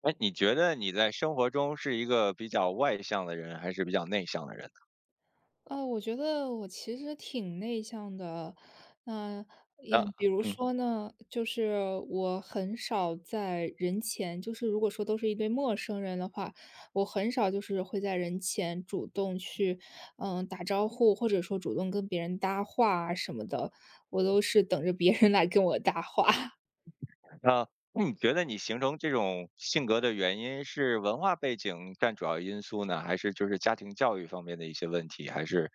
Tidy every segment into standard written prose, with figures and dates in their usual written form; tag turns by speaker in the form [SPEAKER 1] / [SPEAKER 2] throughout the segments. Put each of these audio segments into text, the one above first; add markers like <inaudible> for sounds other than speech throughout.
[SPEAKER 1] 哎，你觉得你在生活中是一个比较外向的人，还是比较内向的人呢？
[SPEAKER 2] 我觉得我其实挺内向的，那
[SPEAKER 1] 那
[SPEAKER 2] 也比如
[SPEAKER 1] 嗯，
[SPEAKER 2] 说呢，就是我很少在人前，就是如果说都是一对陌生人的话，我很少就是会在人前主动去，打招呼，或者说主动跟别人搭话啊什么的，我都是等着别人来跟我搭话。<laughs>
[SPEAKER 1] 那那你觉得你形成这种性格的原因是文化背景占主要因素呢，还是就是家庭教育方面的一些问题，还是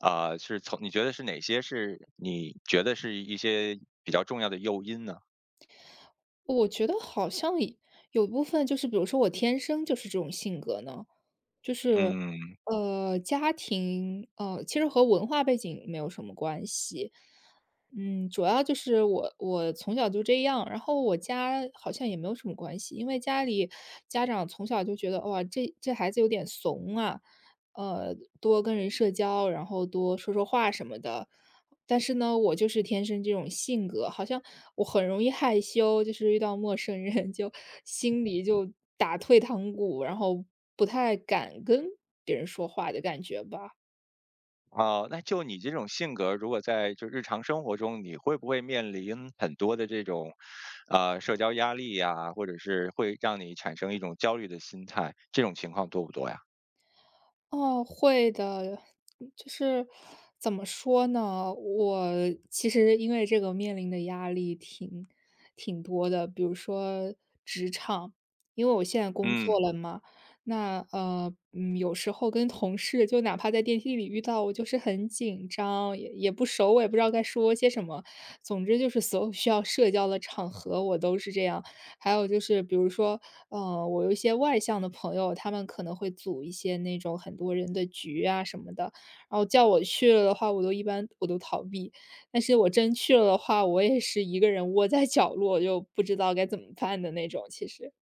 [SPEAKER 1] 是从你觉得是哪些是你觉得是一些比较重要的诱因呢？
[SPEAKER 2] 我觉得好像也有部分就是比如说我天生就是这种性格呢，就是，
[SPEAKER 1] 嗯。
[SPEAKER 2] 家庭，其实和文化背景没有什么关系。嗯，主要就是我从小就这样，然后我家好像也没有什么关系，因为家里家长从小就觉得哇，这孩子有点怂啊，多跟人社交，然后多说说话什么的。但是呢，我就是天生这种性格，好像我很容易害羞，就是遇到陌生人 <laughs> 就心里就打退堂鼓，然后不太敢跟别人说话的感觉吧。
[SPEAKER 1] 哦，那就你这种性格，如果在就日常生活中，你会不会面临很多的这种社交压力呀，或者是会让你产生一种焦虑的心态，这种情况多不多呀？
[SPEAKER 2] 哦，会的。就是怎么说呢，我其实因为这个面临的压力挺多的。比如说职场，因为我现在工
[SPEAKER 1] 嗯。
[SPEAKER 2] 作了嘛，那有时候跟同事就哪怕在电梯里遇到，我就是很紧张，也不熟，我也不知道该说些什么。总之就是所有需要社交的场合，我都是这样。还有就是比如说，嗯，我有一些外向的朋友，他们可能会组一些那种很多人的局啊什么的，然后叫我去了的话，我一般都逃避。但是我真去了的话，我也是一个人窝在角落，就不知道该怎么办的那种，其实。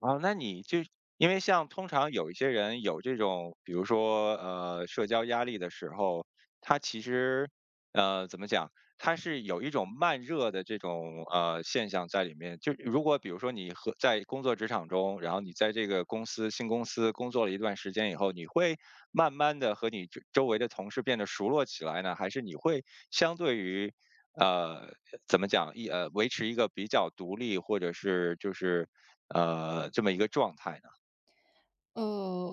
[SPEAKER 1] 啊，那你就因为像通常有一些人有这种，比如说社交压力的时候，他其实呃怎么讲，他是有一种慢热的这种现象在里面。就如果比如说你和在工作职场中，然后你在这个公司新公司工作了一段时间以后，你会慢慢的和你周围的同事变得熟络起来呢，还是你会相对于呃，怎么讲？一呃，维持一个比较独立，或者是就是这么一个状态呢？
[SPEAKER 2] 呃，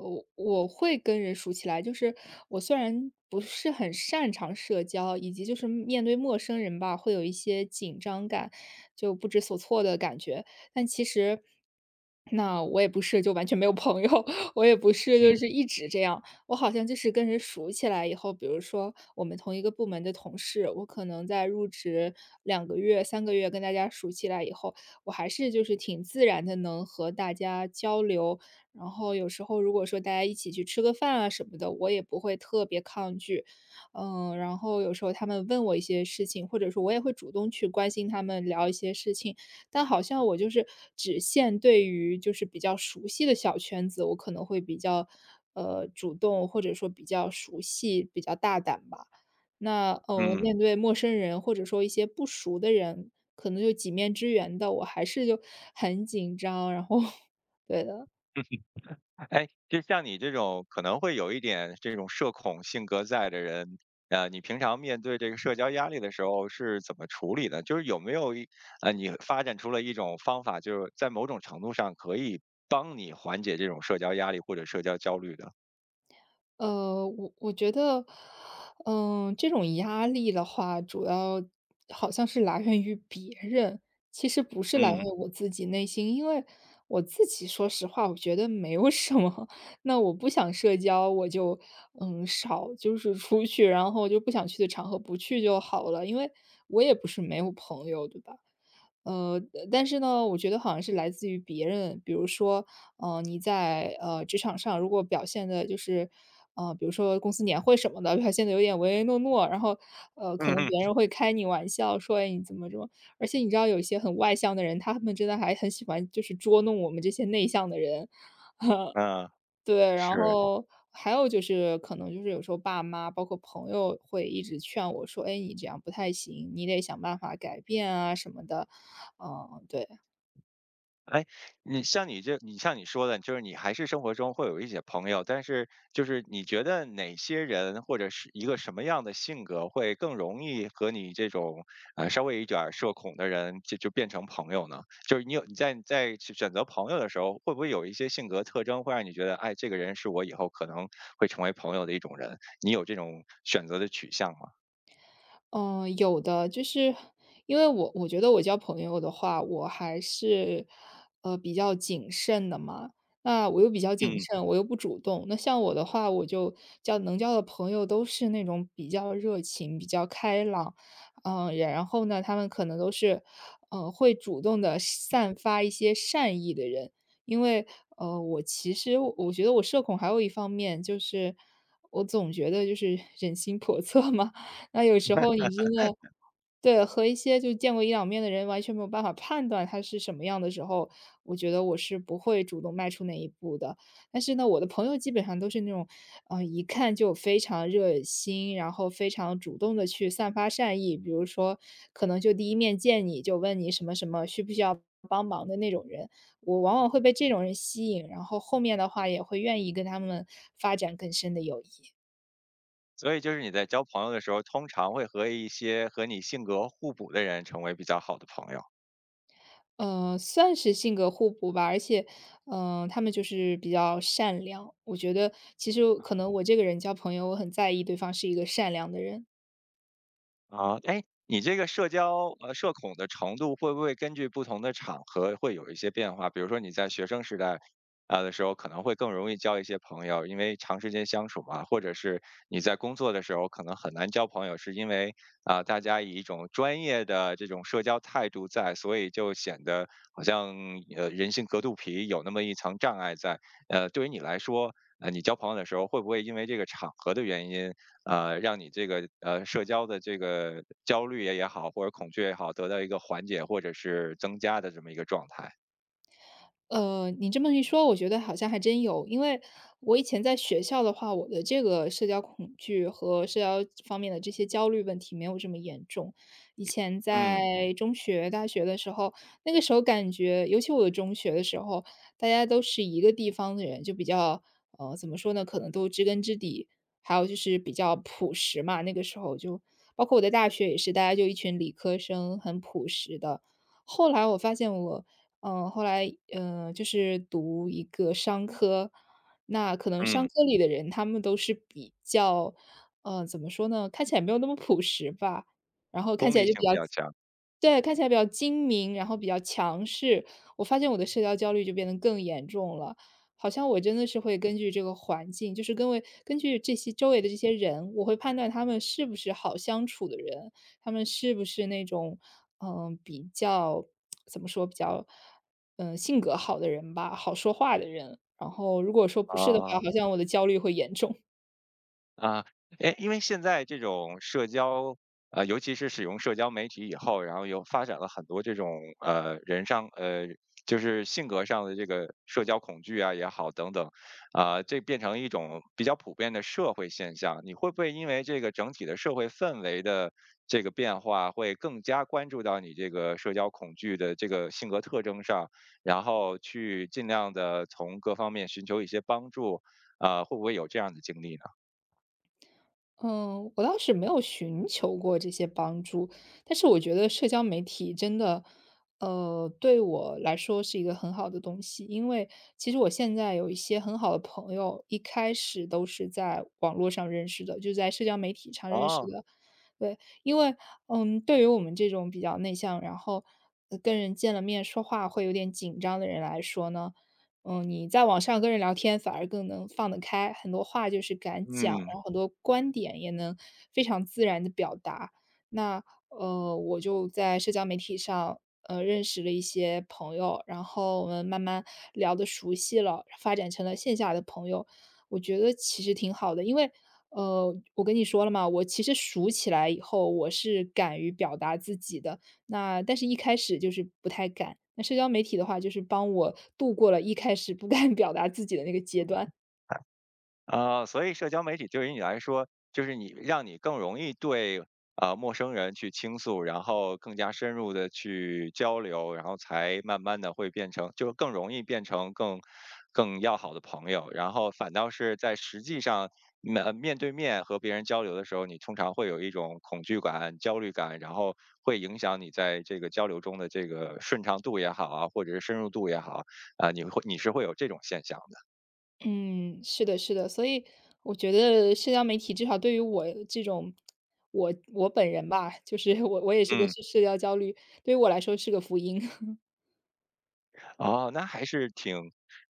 [SPEAKER 2] 我会跟人熟起来，就是我虽然不是很擅长社交，以及就是面对陌生人吧，会有一些紧张感，就不知所措的感觉。但其实，那我也不是就完全没有朋友，<laughs> 我也不是
[SPEAKER 1] 嗯。
[SPEAKER 2] 就是一直这样。我好像就是跟人熟起来以后，比如说我们同一个部门的同事，我可能在入职两个月、三个月跟大家熟起来以后，我还是就是挺自然的能和大家交流，然后有时候如果说大家一起去吃个饭啊什么的，我也不会特别抗拒。嗯，然后有时候他们问我一些事情，或者说我也会主动去关心他们聊一些事情，但好像我就是只限对于就是比较熟悉的小圈子，我可能会比较主动，或者说比较熟悉、比较大胆吧。那
[SPEAKER 1] 嗯，
[SPEAKER 2] 面对陌生人或者说一些不熟的人，可能就几面之缘的，我还是就很紧张，然后 <laughs> 对的。
[SPEAKER 1] 哎，就像你这种可能会有一点这种社恐性格在的人，你平常面对这个社交压力的时候是怎么处理的？就是有没有一呃，你发展出了一种方法，就是在某种程度上可以帮你缓解这种社交压力或者社交焦虑的？
[SPEAKER 2] 我觉得，嗯，这种压力的话，主要好像是来源于别人，其实不是来源
[SPEAKER 1] 嗯
[SPEAKER 2] 于我自己内心。因为我自己说实话，我觉得没有什么。<laughs> 那我不想社交，我就嗯少就是出去，然后就不想去的场合不去就好了。因为我也不是没有朋友，对吧？呃，但是呢，我觉得好像是来自于别人，比如说，你在职场上如果表现的就是，比如说公司年会什么的，<laughs> 表现的有点唯唯诺诺，然后可
[SPEAKER 1] 嗯
[SPEAKER 2] 能
[SPEAKER 1] 嗯。
[SPEAKER 2] 别人会开你玩笑说，哎，你怎么这么？而且你知道，有一些很外向的人，他们真的还很喜欢就是捉弄我们这些内向的人，
[SPEAKER 1] 啊，
[SPEAKER 2] 对，然
[SPEAKER 1] 是。
[SPEAKER 2] 后。还有就是，可能就是有时候爸妈，包括朋友会一直劝我说：“哎，你这样不太行，你得想办法改变啊什么的。”嗯，对。
[SPEAKER 1] 哎，你像你说的，就是你还是生活中会有一些朋友，但是就是你觉得哪些人或者是一个什么样的性格会更容易和你这种稍微有一点儿社恐的人就变成朋友呢？就是你在去选择朋友的时候，会不会有一些性格特征会让你觉得，哎，这个人是我以后可能会成为朋友的一种人？你有这种选择的取向吗？
[SPEAKER 2] 嗯，有的，就是因为我觉得我交朋友的话，我还是比较谨慎的嘛。那我又比较谨
[SPEAKER 1] 嗯，
[SPEAKER 2] 慎，我又不主动。那像我的话，我就交能交的朋友都是那种比较热情、比较开朗，嗯，然后呢，他们可能都是会主动的散发一些善意的人。因为我其实我觉得我社恐还有一方面就是，我总觉得就是人心叵测嘛。那有时候你真的对，和一些就见过一两面的人完全没有办法判断他是什么样的时候，我觉得我是不会主动迈出那一步的。但是呢，我的朋友基本上都是那种，嗯，一看就非常热心，然后非常主动的去散发善意，比如说可能就第一面见你就问你什么什么需不需要帮忙的那种人，我往往会被这种人吸引，然后后面的话也会愿意跟他们发展更深的友谊。
[SPEAKER 1] 所以就是你在交朋友的时候，通常会和一些和你性格互补的人成为比较好的朋友。
[SPEAKER 2] 嗯，算是性格互补吧，而且，嗯、他们就是比较善良。我觉得其实可能我这个人交朋友，我很在意对方是一个善良的人，
[SPEAKER 1] 啊，哎，你这个社恐的程度会不会根据不同的场合会有一些变化？比如说你在学生时代的时候，可能会更容易交一些朋友，因为长时间相处嘛，或者是你在工作的时候可能很难交朋友，是因为大家以一种专业的这种社交态度在，所以就显得好像人心隔肚皮有那么一层障碍在。呃，对于你来说，呃，你交朋友的时候会不会因为这个场合的原因？呃，让你这个社交的这个焦虑也好，或者恐惧也好，得到一个缓解或者是增加的这么一个状态。
[SPEAKER 2] 你这么一说，我觉得好像还真有。因为我以前在学校的话，我的这个社交恐惧和社交方面的这些焦虑问题没有这么严重。以前
[SPEAKER 1] 嗯。
[SPEAKER 2] 在中学、大学的时候，那个时候感觉，尤其我的中学的时候，大家都是一个地方的人，就比较，怎么说呢，可能都知根知底，还有就是比较朴实嘛。那个时候就包括我在大学也是，大家就一群理科生，很朴实的。后来我发现我嗯，后来，嗯，就是读一个商科，那可能
[SPEAKER 1] 嗯，
[SPEAKER 2] 商科里的人他们都是比较，嗯，怎么说呢，看起来没有那么朴实吧，然后看
[SPEAKER 1] 功
[SPEAKER 2] 起
[SPEAKER 1] 利
[SPEAKER 2] 来就
[SPEAKER 1] 性
[SPEAKER 2] 比较
[SPEAKER 1] 比较强
[SPEAKER 2] 对，看起来比较精明，然后比较强势。我发现我的社交焦虑就变得更严重了，好像我真的是会根据这个环境，就是根据这些周围的这些人，我会判断他们是不是好相处的人。他们是不是那种，嗯、比较怎么说，比较，嗯、性格好的人吧，好说话的人。然后如果说不是的话，
[SPEAKER 1] 啊。
[SPEAKER 2] 好像我的焦虑会严重。
[SPEAKER 1] 啊。诶，因为现在这种社交，呃，尤其是使用社交媒体以后，然后又发展了很多这种呃人上呃，就是性格上的这个社交恐惧啊也好等等，这变成一种比较普遍的社会现象。你会不会因为这个整体的社会氛围的这个变化，会更加关注到你这个社交恐惧的这个性格特征上，然后去尽量的从各方面寻求一些帮助？会不会有这样的经历呢？
[SPEAKER 2] 嗯，我倒是没有寻求过这些帮助，但是我觉得社交媒体真的，对我来说是一个很好的东西，因为其实我现在有一些很好的朋友，一开始都是在网络上认识的，就在社交媒体上认识
[SPEAKER 1] 哦。
[SPEAKER 2] 的。对，因为嗯，对于我们这种比较内向，然后跟人见了面说话会有点紧张的人来说呢，嗯，你在网上跟人聊天反而更能放得开，很多话就是敢讲，然
[SPEAKER 1] 嗯。
[SPEAKER 2] 后很多观点也能非常自然的表达。那，我就在社交媒体上，认识了一些朋友，然后我们慢慢聊得熟悉了，发展成了线下的朋友。我觉得其实挺好的，因为，我跟你说了嘛，我其实熟起来以后，我是敢于表达自己的。那但是一开始就是不太敢，那社交媒体的话就是帮我度过了一开始不 <laughs> 敢表达自己的那个阶段。
[SPEAKER 1] 啊，所以社交媒体对于你来说，就是让你更容易对陌生人去倾诉，然后更加深入的去交流，然后才慢慢的会变成，就更容易变成更要好的朋友。然后反倒是在实际上面对面和别人交流的时候，你通常会有一种恐惧感、焦虑感，然后会影响你在这个交流中的这个顺畅度也好啊，或者是深入度也好啊，你会有这种现象的。
[SPEAKER 2] 嗯，是的，是的，所以我觉得社交媒体至少对于我这种我本人吧，就是我也是个
[SPEAKER 1] 嗯。
[SPEAKER 2] 社交焦虑，对于我来说是个福音。<laughs>
[SPEAKER 1] 哦，那还是挺。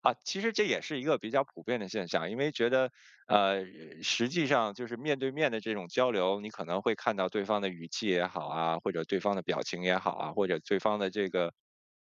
[SPEAKER 1] 啊，其实这也是一个比较普遍的现象，因为觉得，呃，实际上就是面对面的这种交流，你可能会看到对方的语气也好啊，或者对方的表情也好啊，或者对方的这个，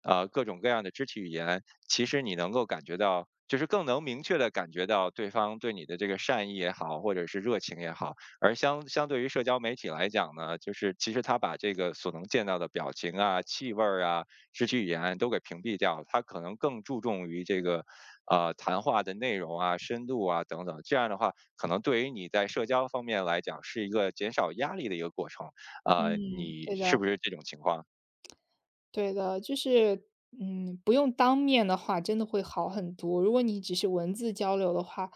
[SPEAKER 1] 呃，各种各样的肢体语言，其实你能够感觉到，就是更能明确的感觉到对方对你的这个善意也好，或者是热情也好。而相对于社交媒体来讲呢，就是其实他把这个所能见到的表情啊、气味儿啊。肢体语言都给屏蔽掉了，他可能更注重于这个，呃，谈话的内容啊、深度啊等等。这样的话，可能对于你在社交方面来讲，是一个减少压力的一个过程。呃，
[SPEAKER 2] 嗯，
[SPEAKER 1] 你
[SPEAKER 2] 对
[SPEAKER 1] 是
[SPEAKER 2] 的。
[SPEAKER 1] 不是这种情况呢？
[SPEAKER 2] 对的，就是，嗯，不用当面的话，真的会好很多。如果你只是文字交流的话，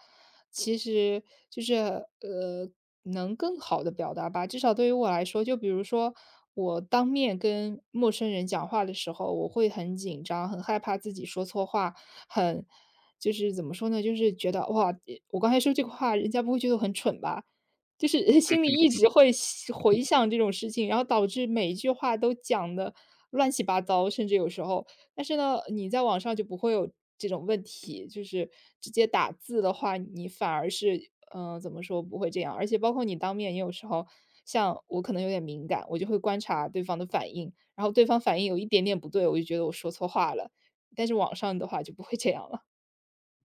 [SPEAKER 2] 其实就是呃，能更好的表达吧。至少对于我来说，就比如说我当面跟陌生人讲话的时候，我会很紧张，很害怕自己说错话，很就是怎么说呢，就是觉得哇，我刚才说这个话，人家不会觉得我很蠢吧？就是 <laughs> 心里一直会想回想这种事情，然后导致每一句话都讲的乱七八糟，甚至有时候。但是呢，你在网上就不会有这种问题，就是直接打字的话，你反而是嗯、怎么说不会这样。而且包括你当面，也有时候像我可能有点敏感，我就会观察对方的反应，然后对方反应有一点点不对，我就觉得我说错话了。但是网上的话就不会这样了。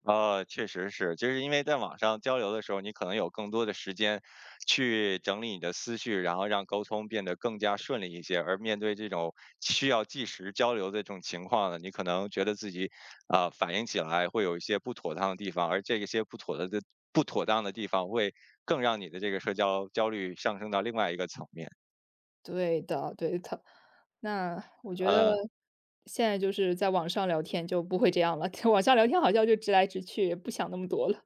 [SPEAKER 1] 呃，确实是，就是因为在网上交流的时候，你可能有更多的时间去整理你的思绪，然后让沟通变得更加顺利一些。而面对这种需要即时交流的这种情况呢，你可能觉得自己反应起来会有一些不妥当的地方，而这些不妥当的地方会更让你的这个社交焦虑上升到另外一个层面。
[SPEAKER 2] 对的，对的。那我觉得
[SPEAKER 1] 呃，
[SPEAKER 2] 现在就是在网上聊天就不会这样了，<laughs> 网上聊天好像就直来直去，不想那么多了。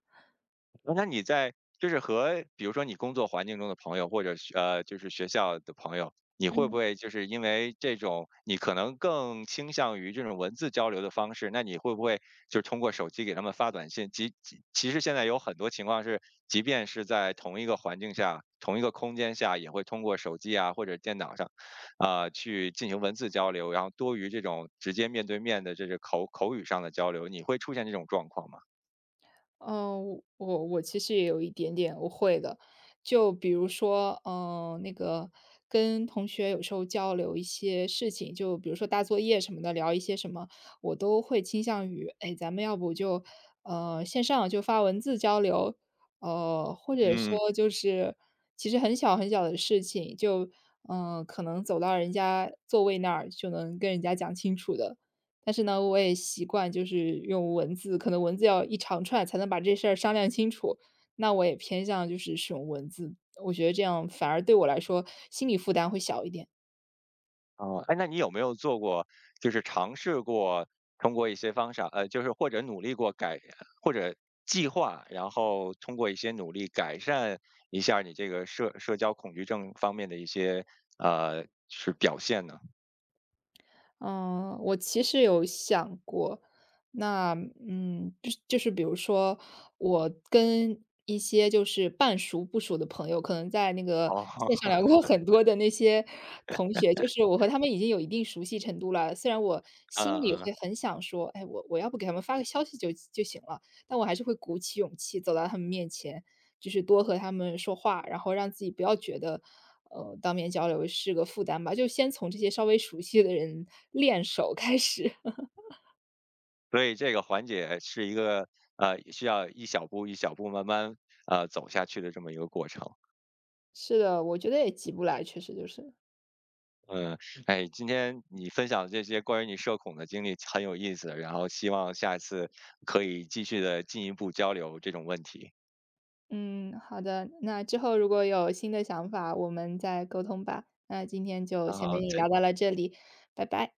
[SPEAKER 1] 那你在就是和比如说你工作环境中的朋友，或者就是学校的朋友，你会不
[SPEAKER 2] 嗯。
[SPEAKER 1] 会就是因为这种你可能更倾向于这种文字交流的方式？那你会不会就通过手机给他们发短信？即其实现在有很多情况是，即便是在同一个环境下、同一个空间下，也会通过手机啊或者电脑上去进行文字交流，然后多于这种直接面对面的这个口语上的交流，你会出现这种状况吗？
[SPEAKER 2] 嗯，我其实也有一点点我会的，就比如说，嗯，那个跟同学有时候交流一些事情，就比如说大作业什么的，聊一些什么，我都会倾向于，哎，咱们要不就线上就发文字交流，或者
[SPEAKER 1] 嗯。
[SPEAKER 2] 说就是其实很小很小的事情，就嗯、可能走到人家座位那儿就能跟人家讲清楚的，但是呢，我也习惯就是用文字，可能文字要一长串才能把这事儿商量清楚。那我也偏向就是使用文字，我觉得这样反而对我来说心理负担会小一点。
[SPEAKER 1] 哦，哎，那你有没有做过，就是尝试过通过一些方法，呃，就是或者努力过改，或者计划，然后通过一些努力改善一下儿你这个社交恐惧症方面的一些表现呢？
[SPEAKER 2] 嗯，我其实有想过，那嗯，就是比如说，我跟一些就是半熟不熟的朋友，可能在那个
[SPEAKER 1] 哦。
[SPEAKER 2] 线上
[SPEAKER 1] <laughs>
[SPEAKER 2] 聊过很多的那些同学，就是我和他们已经有一定熟悉程度了。虽然我心
[SPEAKER 1] 嗯
[SPEAKER 2] 里
[SPEAKER 1] 嗯。
[SPEAKER 2] 会很想说，哎，我要不给他们发个消息就行了，但我还是会鼓起勇气走到他们面前，就是多和他们说话，然后让自己不要觉得，当面交流是个负担吧，就先从这些稍微熟悉的人练手开始。<laughs>
[SPEAKER 1] 所以这个缓解是一个需要一小步一小步慢慢走下去的这么一个过程。
[SPEAKER 2] 是的，我觉得也急不来，确实就是。
[SPEAKER 1] 嗯，哎，今天你分享的这些关于你社恐的经历很有意思，然后希望下一次可以继续的进一步交流这种问题。
[SPEAKER 2] 嗯，好的，那之后如果有新的想法，我们再沟通吧。那今天就
[SPEAKER 1] 啊，
[SPEAKER 2] 先跟
[SPEAKER 1] 好，
[SPEAKER 2] 你
[SPEAKER 1] 再
[SPEAKER 2] 聊到了这里，拜拜。